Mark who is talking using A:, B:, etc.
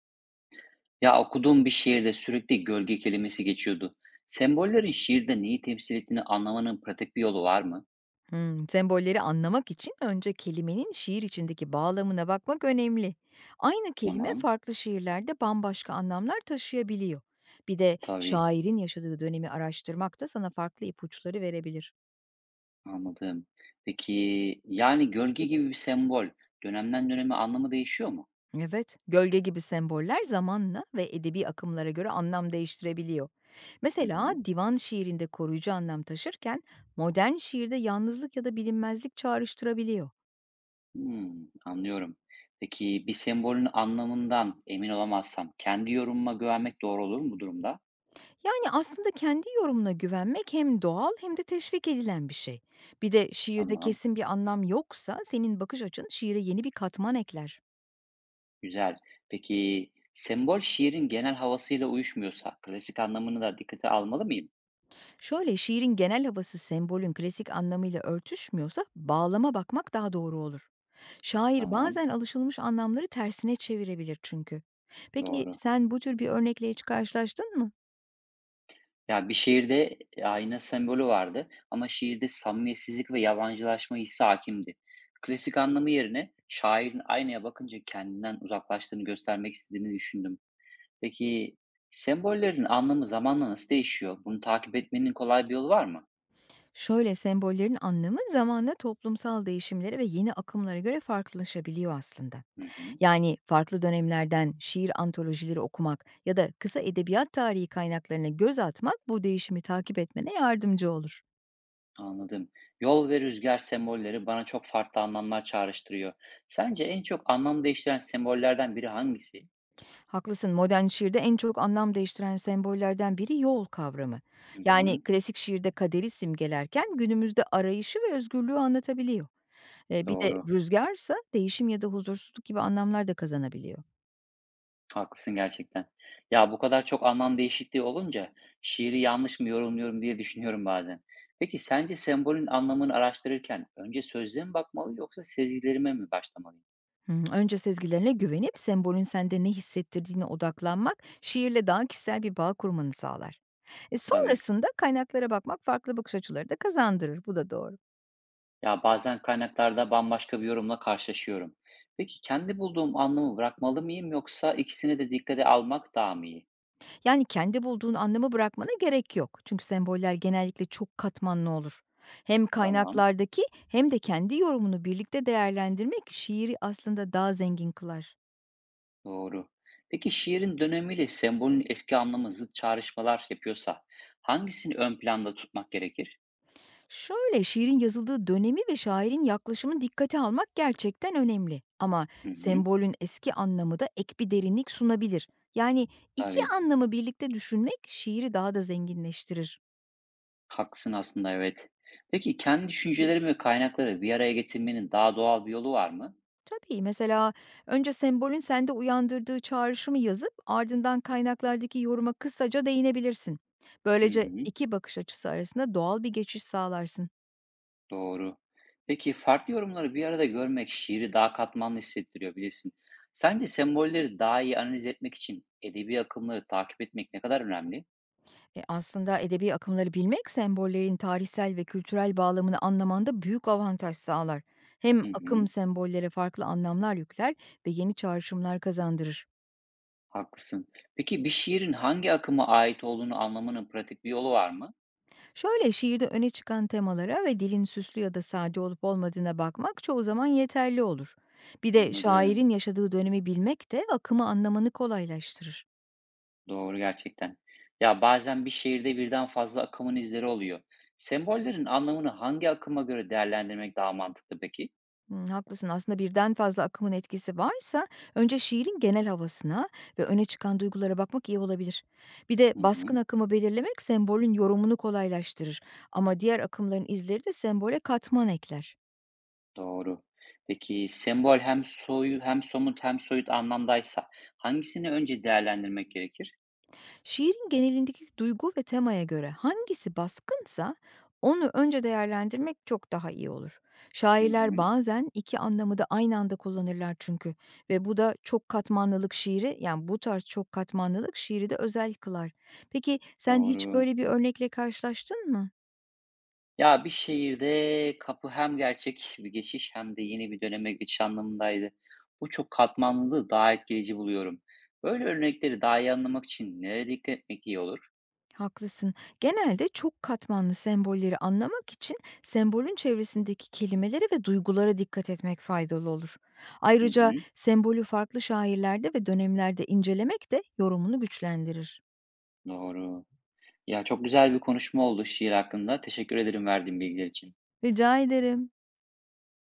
A: Ya okuduğum bir şiirde sürekli gölge kelimesi geçiyordu. Sembollerin şiirde neyi temsil ettiğini anlamanın pratik bir yolu var mı?
B: Hımm, sembolleri anlamak için önce kelimenin şiir içindeki bağlamına bakmak önemli. Aynı kelime
A: Tamam,
B: farklı şiirlerde bambaşka anlamlar taşıyabiliyor. Bir de
A: tabii,
B: şairin yaşadığı dönemi araştırmak da sana farklı ipuçları verebilir.
A: anladım. Peki, yani gölge gibi bir sembol dönemden döneme anlamı değişiyor mu?
B: Evet, gölge gibi semboller zamanla ve edebi akımlara göre anlam değiştirebiliyor.
A: Hı
B: Mesela
A: hı.
B: divan şiirinde koruyucu anlam taşırken modern şiirde yalnızlık ya da bilinmezlik çağrıştırabiliyor.
A: Hmm, anlıyorum. Peki bir sembolün anlamından emin olamazsam kendi yorumuma güvenmek doğru olur mu bu durumda?
B: Yani, aslında kendi yorumuna güvenmek hem doğal hem de teşvik edilen bir şey. Bir de şiirde
A: Tamam,
B: kesin bir anlam yoksa senin bakış açın şiire yeni bir katman ekler.
A: güzel. Peki sembol şiirin genel havasıyla uyuşmuyorsa klasik anlamını da dikkate almalı mıyım?
B: Şöyle, şiirin genel havası sembolün klasik anlamıyla örtüşmüyorsa bağlama bakmak daha doğru olur. Şair
A: Tamam,
B: bazen alışılmış anlamları tersine çevirebilir çünkü. Peki
A: doğru.
B: sen bu tür bir örnekle hiç karşılaştın mı?
A: Ya, bir şiirde ayna sembolü vardı ama şiirde samimiyetsizlik ve yabancılaşma hissi hakimdi. Klasik anlamı yerine şairin aynaya bakınca kendinden uzaklaştığını göstermek istediğini düşündüm. Peki sembollerin anlamı zamanla nasıl değişiyor? Bunu takip etmenin kolay bir yolu var mı?
B: Şöyle, sembollerin anlamı zamanla toplumsal değişimlere ve yeni akımlara göre farklılaşabiliyor aslında.
A: Hı hı,
B: Yani farklı dönemlerden şiir antolojileri okumak ya da kısa edebiyat tarihi kaynaklarına göz atmak bu değişimi takip etmene yardımcı olur.
A: anladım. Yol ve rüzgar sembolleri bana çok farklı anlamlar çağrıştırıyor. Sence en çok anlam değiştiren sembollerden biri hangisi?
B: Haklısın, modern şiirde en çok anlam değiştiren sembollerden biri yol kavramı.
A: Hı
B: Yani
A: hı,
B: klasik şiirde kaderi simgelerken günümüzde arayışı ve özgürlüğü anlatabiliyor. Bir de
A: doğru.
B: rüzgarsa değişim ya da huzursuzluk gibi anlamlar da kazanabiliyor.
A: Haklısın gerçekten. Ya, bu kadar çok anlam değişikliği olunca şiiri yanlış mı yorumluyorum diye düşünüyorum bazen. Peki sence sembolün anlamını araştırırken önce sözlüğe mi bakmalı yoksa sezgilerime mi başlamalıyım?
B: Hmm, önce sezgilerine güvenip sembolün sende ne hissettirdiğine odaklanmak şiirle daha kişisel bir bağ kurmanı sağlar.
A: Tabii.
B: Sonrasında kaynaklara bakmak farklı bakış açıları da kazandırır. Bu da doğru.
A: Ya bazen kaynaklarda bambaşka bir yorumla karşılaşıyorum. Peki kendi bulduğum anlamı bırakmalı mıyım yoksa ikisini de dikkate almak daha mı iyi?
B: Yani kendi bulduğun anlamı bırakmana gerek yok. Çünkü semboller genellikle çok katmanlı olur. Hem
A: Tamam,
B: kaynaklardaki hem de kendi yorumunu birlikte değerlendirmek şiiri aslında daha zengin kılar.
A: doğru. Peki şiirin dönemiyle sembolün eski anlamı zıt çağrışmalar yapıyorsa hangisini ön planda tutmak gerekir?
B: Şöyle, şiirin yazıldığı dönemi ve şairin yaklaşımını dikkate almak gerçekten önemli. Ama
A: Hı hı,
B: sembolün eski anlamı da ek bir derinlik sunabilir. Yani iki
A: tabii.
B: anlamı birlikte düşünmek şiiri daha da zenginleştirir.
A: Haklısın aslında evet. Peki kendi düşüncelerimi ve kaynakları bir araya getirmenin daha doğal bir yolu var mı?
B: Tabii, mesela önce sembolün sende uyandırdığı çağrışımı yazıp ardından kaynaklardaki yoruma kısaca değinebilirsin.
A: Hı
B: Böylece
A: hı,
B: iki bakış açısı arasında doğal bir geçiş sağlarsın.
A: doğru. Peki farklı yorumları bir arada görmek şiiri daha katmanlı hissettiriyor bilirsin. Sence sembolleri daha iyi analiz etmek için edebi akımları takip etmek ne kadar önemli?
B: Aslında edebi akımları bilmek sembollerin tarihsel ve kültürel bağlamını anlamanda büyük avantaj sağlar. Hem
A: Hı
B: akım
A: hı,
B: sembollere farklı anlamlar yükler ve yeni çağrışımlar kazandırır.
A: haklısın. Peki bir şiirin hangi akıma ait olduğunu anlamanın pratik bir yolu var mı?
B: Şöyle, şiirde öne çıkan temalara ve dilin süslü ya da sade olup olmadığına bakmak çoğu zaman yeterli olur. Bir de şairin
A: Anladım.
B: yaşadığı dönemi bilmek de akımı anlamanı kolaylaştırır.
A: Doğru gerçekten. Ya bazen bir şehirde birden fazla akımın izleri oluyor. Sembollerin anlamını hangi akıma göre değerlendirmek daha mantıklı peki?
B: Hmm, haklısın, aslında birden fazla akımın etkisi varsa önce şiirin genel havasına ve öne çıkan duygulara bakmak iyi olabilir. Bir de
A: Hı
B: baskın
A: hı,
B: akımı belirlemek sembolün yorumunu kolaylaştırır ama diğer akımların izleri de sembole katman ekler.
A: doğru. Peki sembol hem soyu hem somut hem soyut anlamdaysa hangisini önce değerlendirmek gerekir?
B: Şiirin genelindeki duygu ve temaya göre hangisi baskınsa onu önce değerlendirmek çok daha iyi olur.
A: Hı hı,
B: Şairler bazen iki anlamı da aynı anda kullanırlar çünkü ve bu da çok katmanlılık şiiri yani bu tarz çok katmanlılık şiiri de özel kılar. Peki sen hiç
A: doğru.
B: böyle bir örnekle karşılaştın mı?
A: Ya bir şehirde kapı hem gerçek bir geçiş hem de yeni bir döneme geçiş anlamındaydı. Bu çok katmanlılığı daha etkileyici buluyorum. Böyle örnekleri daha iyi anlamak için nereye dikkat etmek iyi olur?
B: Haklısın. Genelde çok katmanlı sembolleri anlamak için sembolün çevresindeki kelimelere ve duygulara dikkat etmek faydalı olur.
A: Hı
B: Ayrıca
A: hı.
B: sembolü farklı şairlerde ve dönemlerde incelemek de yorumunu güçlendirir.
A: Doğru. Ya çok güzel bir konuşma oldu şiir hakkında. Teşekkür ederim verdiğin bilgiler için.
B: Rica ederim.